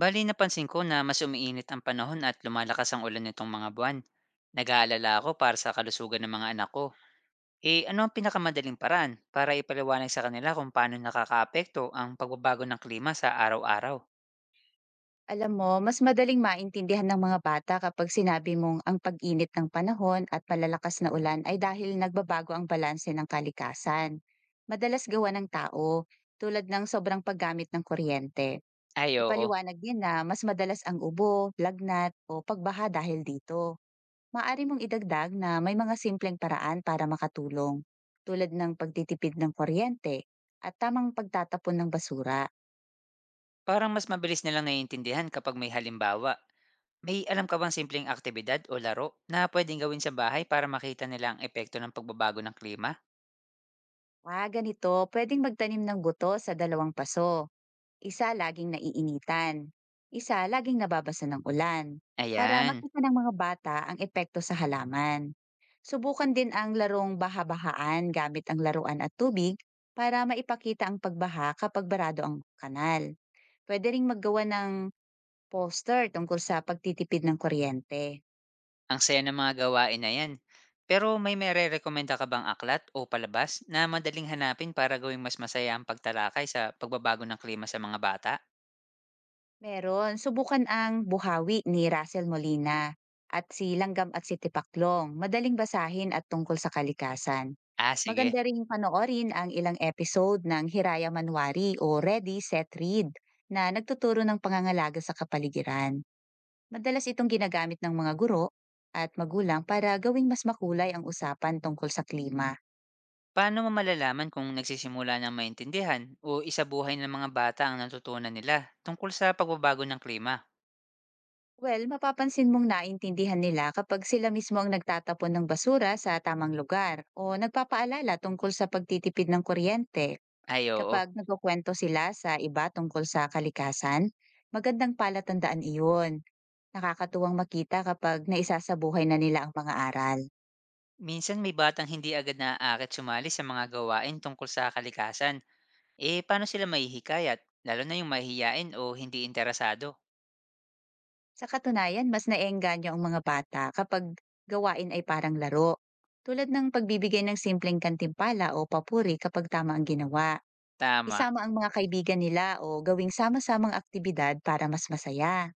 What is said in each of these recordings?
Bali napansin ko na mas umiinit ang panahon at lumalakas ang ulan nitong mga buwan. Nag-aalala ako para sa kalusugan ng mga anak ko. Eh ano ang pinakamadaling paraan para ipaliwanag sa kanila kung paano nakakaapekto ang pagbabago ng klima sa araw-araw? Alam mo, mas madaling maintindihan ng mga bata kapag sinabi mong ang pag-init ng panahon at malalakas na ulan ay dahil nagbabago ang balanse ng kalikasan. Madalas gawa ng tao, tulad ng sobrang paggamit ng kuryente. Ay oo, Ipaliwanag niya na mas madalas ang ubo, lagnat o pagbaha dahil dito. Maari mong idagdag na may mga simpleng paraan para makatulong, tulad ng pagtitipid ng kuryente at tamang pagtatapon ng basura. parang mas mabilis nilang naiintindihan kapag may halimbawa. May alam ka bang simpleng aktibidad o laro na pwedeng gawin sa bahay para makita nila ang epekto ng pagbabago ng klima? Ah, ganito, pwedeng magtanim ng guto sa dalawang paso. Isa laging naiinitan, isa laging nababasa ng ulan, para Ayan. makita ng mga bata ang epekto sa halaman. Subukan din ang larong baha-bahaan gamit ang laruan at tubig para maipakita ang pagbaha kapag barado ang kanal. Pwede ring maggawa ng poster tungkol sa pagtitipid ng kuryente. Ang saya ng mga gawain na yan. Pero may mererekomenda ka bang aklat o palabas na madaling hanapin para gawing mas masaya ang pagtalakay sa pagbabago ng klima sa mga bata? Meron, subukan ang Buhawi ni Russell Molina at si Langgam at si Tipaklong, madaling basahin at tungkol sa kalikasan. Ah, sige. Maganda ring panoorin ang ilang episode ng Hiraya Manwari o Ready, Set, Read na nagtuturo ng pangangalaga sa kapaligiran. Madalas itong ginagamit ng mga guro at magulang para gawing mas makulay ang usapan tungkol sa klima. Paano mo malalaman kung nagsisimula ng maintindihan o isabuhay ng mga bata ang natutunan nila tungkol sa pagbabago ng klima? Well, mapapansin mong naintindihan nila kapag sila mismo ang nagtatapon ng basura sa tamang lugar o nagpapaalala tungkol sa pagtitipid ng kuryente. Ay oo. Kapag nagkukwento sila sa iba tungkol sa kalikasan, magandang palatandaan iyon. Nakakatuwang makita kapag naisasabuhay na nila ang mga aral. Minsan may batang hindi agad naaakit sumali sa mga gawain tungkol sa kalikasan. Eh paano sila mahihikayat? Lalo na yung mahihiyain o hindi interesado. Sa katunayan, mas naengganyo ang mga bata kapag gawain ay parang laro. Tulad ng pagbibigay ng simpleng kantimpala o papuri kapag tama ang ginawa. Tama. Isama ang mga kaibigan nila o gawing sama-samang aktibidad para mas masaya.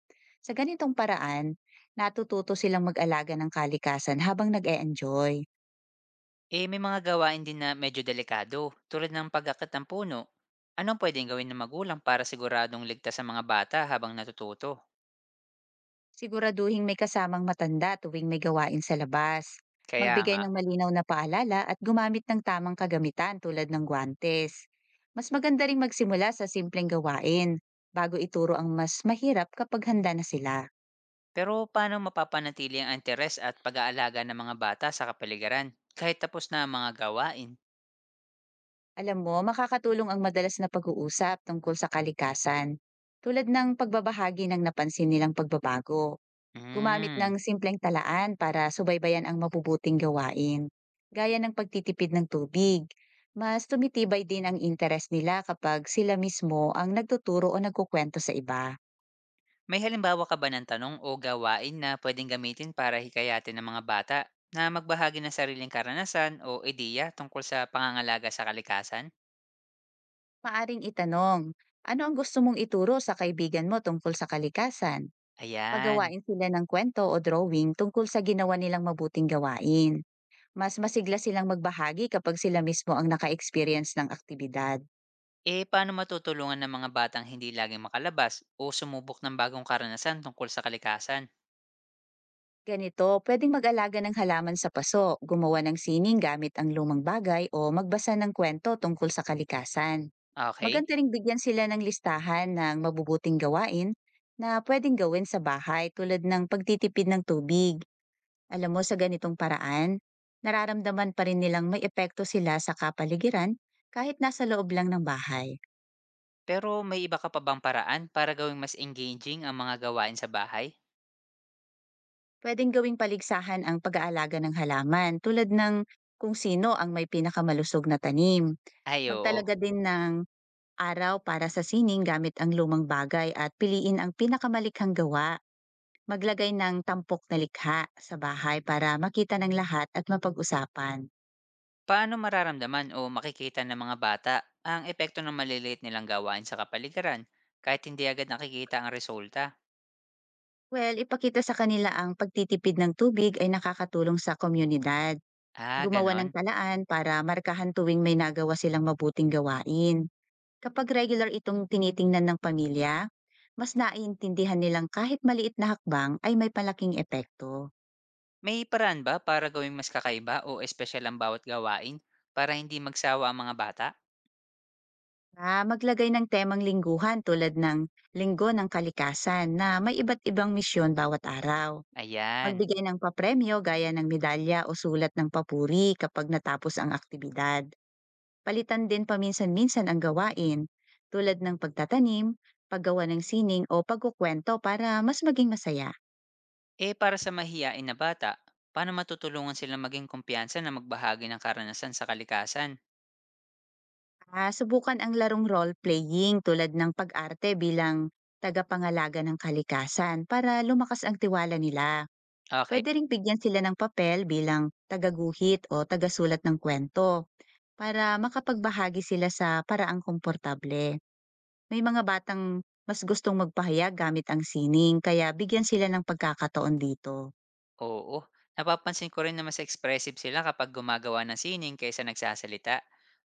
Sa ganitong paraan, natututo silang mag-alaga ng kalikasan habang nag-e-enjoy. Eh, may mga gawain din na medyo delikado, tulad ng pag-akyat ng puno. Anong pwedeng gawin ng magulang para siguradong ligtas sa mga bata habang natututo? Siguraduhin may kasamang matanda tuwing may gawain sa labas. Kaya Magbigay nga. ng malinaw na paalala at gumamit ng tamang kagamitan tulad ng guwantes. Mas maganda ring magsimula sa simpleng gawain bago ituro ang mas mahirap kapag handa na sila. Pero paano mapapanatili ang interes at pag-aalaga ng mga bata sa kapaligiran kahit tapos na ang mga gawain? Alam mo, makakatulong ang madalas na pag-uusap tungkol sa kalikasan. Tulad ng pagbabahagi ng napansin nilang pagbabago. Gumamit Hmm. ng simpleng talaan para subaybayan ang mabubuting gawain. Gaya ng pagtitipid ng tubig. Mas tumitibay din ang interes nila kapag sila mismo ang nagtuturo o nagkukwento sa iba. May halimbawa ka ba ng tanong o gawain na pwedeng gamitin para hikayatin ng mga bata na magbahagi ng sariling karanasan o ideya tungkol sa pangangalaga sa kalikasan? Maaring itanong, ano ang gusto mong ituro sa kaibigan mo tungkol sa kalikasan? Ayan. Pagawain sila ng kwento o drawing tungkol sa ginawa nilang mabuting gawain. Mas masigla silang magbahagi kapag sila mismo ang naka-experience ng aktibidad. Eh, paano matutulungan ng mga batang hindi laging makalabas o sumubok ng bagong karanasan tungkol sa kalikasan? Ganito, pwedeng mag-alaga ng halaman sa paso, gumawa ng sining gamit ang lumang bagay o magbasa ng kwento tungkol sa kalikasan. Okay. Maganda ring bigyan sila ng listahan ng mabubuting gawain na pwedeng gawin sa bahay tulad ng pagtitipid ng tubig. Alam mo, sa ganitong paraan, nararamdaman pa rin nilang may epekto sila sa kapaligiran kahit nasa loob lang ng bahay. Pero may iba ka pa bang paraan para gawing mas engaging ang mga gawain sa bahay? Pwedeng gawing paligsahan ang pag-aalaga ng halaman tulad ng kung sino ang may pinakamalusog na tanim. Ay oo. Magtalaga din ng araw para sa sining gamit ang lumang bagay at piliin ang pinakamalikhang gawa. Maglagay ng tampok na likha sa bahay para makita ng lahat at mapag-usapan. Paano mararamdaman o makikita ng mga bata ang epekto ng maliliit nilang gawain sa kapaligiran kahit hindi agad nakikita ang resulta? Well, ipakita sa kanila ang pagtitipid ng tubig ay nakakatulong sa komunidad. Ah, Gumawa ganon. ng talaan para markahan tuwing may nagawa silang mabuting gawain. Kapag regular itong tinitingnan ng pamilya, mas naiintindihan nilang kahit maliit na hakbang ay may palaking epekto. May paraan ba para gawing mas kakaiba o espesyal ang bawat gawain para hindi magsawa ang mga bata? Ah, maglagay ng temang lingguhan tulad ng linggo ng kalikasan na may iba't ibang misyon bawat araw. Ayan. Magbigay ng papremyo gaya ng medalya o sulat ng papuri kapag natapos ang aktibidad. Palitan din paminsan-minsan ang gawain tulad ng pagtatanim, paggawa ng sining o pagkukwento para mas maging masaya. Eh, para sa mahiyain na bata, paano matutulungan sila maging kumpiyansa na magbahagi ng karanasan sa kalikasan? Ah, subukan ang larong role-playing tulad ng pag-arte bilang tagapangalaga ng kalikasan para lumakas ang tiwala nila. Okay, Pwede ring bigyan sila ng papel bilang tagaguhit o tagasulat ng kwento para makapagbahagi sila sa paraang komportable. May mga batang mas gustong magpahayag gamit ang sining kaya bigyan sila ng pagkakataon dito. oo. Napapansin ko rin na mas expressive sila kapag gumagawa ng sining kaysa nagsasalita.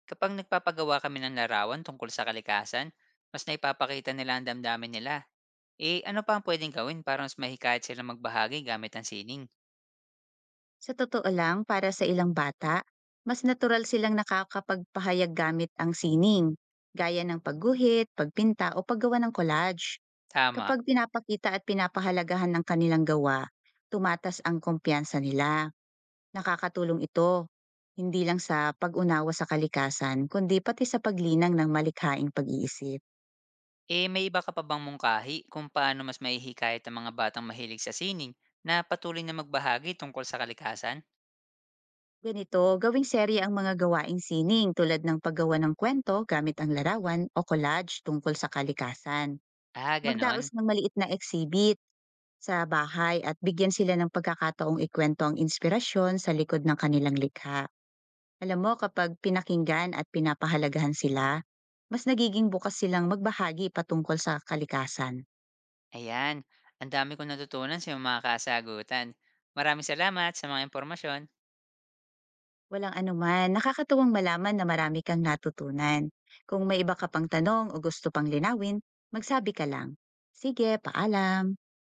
Kapag nagpapagawa kami ng larawan tungkol sa kalikasan, mas naipapakita nila ang damdamin nila. Eh, ano pa ang pwedeng gawin para mas mahikayat sila magbahagi gamit ang sining? Sa totoo lang, para sa ilang bata, mas natural silang nakakapagpahayag gamit ang sining, gaya ng pagguhit, pagpinta o paggawa ng collage. Tama. Kapag pinapakita at pinapahalagahan ng kanilang gawa, tumatas ang kumpiyansa nila. Nakakatulong ito, hindi lang sa pag-unawa sa kalikasan, kundi pati sa paglinang ng malikhaing pag-iisip. Eh, may iba ka pa bang mungkahi kung paano mas maihikayat ang mga batang mahilig sa sining na patuloy na magbahagi tungkol sa kalikasan? Ganito, gawing serye ang mga gawaing sining tulad ng paggawa ng kwento gamit ang larawan o collage tungkol sa kalikasan. Ah, Magdaos gano'n. ng maliit na exhibit sa bahay at bigyan sila ng pagkakataong ikwento ang inspirasyon sa likod ng kanilang likha. Alam mo, kapag pinakinggan at pinapahalagahan sila, mas nagiging bukas silang magbahagi patungkol sa kalikasan. Ayan, ang dami kong natutunan sa iyong mga kasagutan. Maraming salamat sa mga impormasyon. Walang anuman, nakakatuwang malaman na marami kang natutunan. Kung may iba ka pang tanong o gusto pang linawin, magsabi ka lang. Sige, paalam!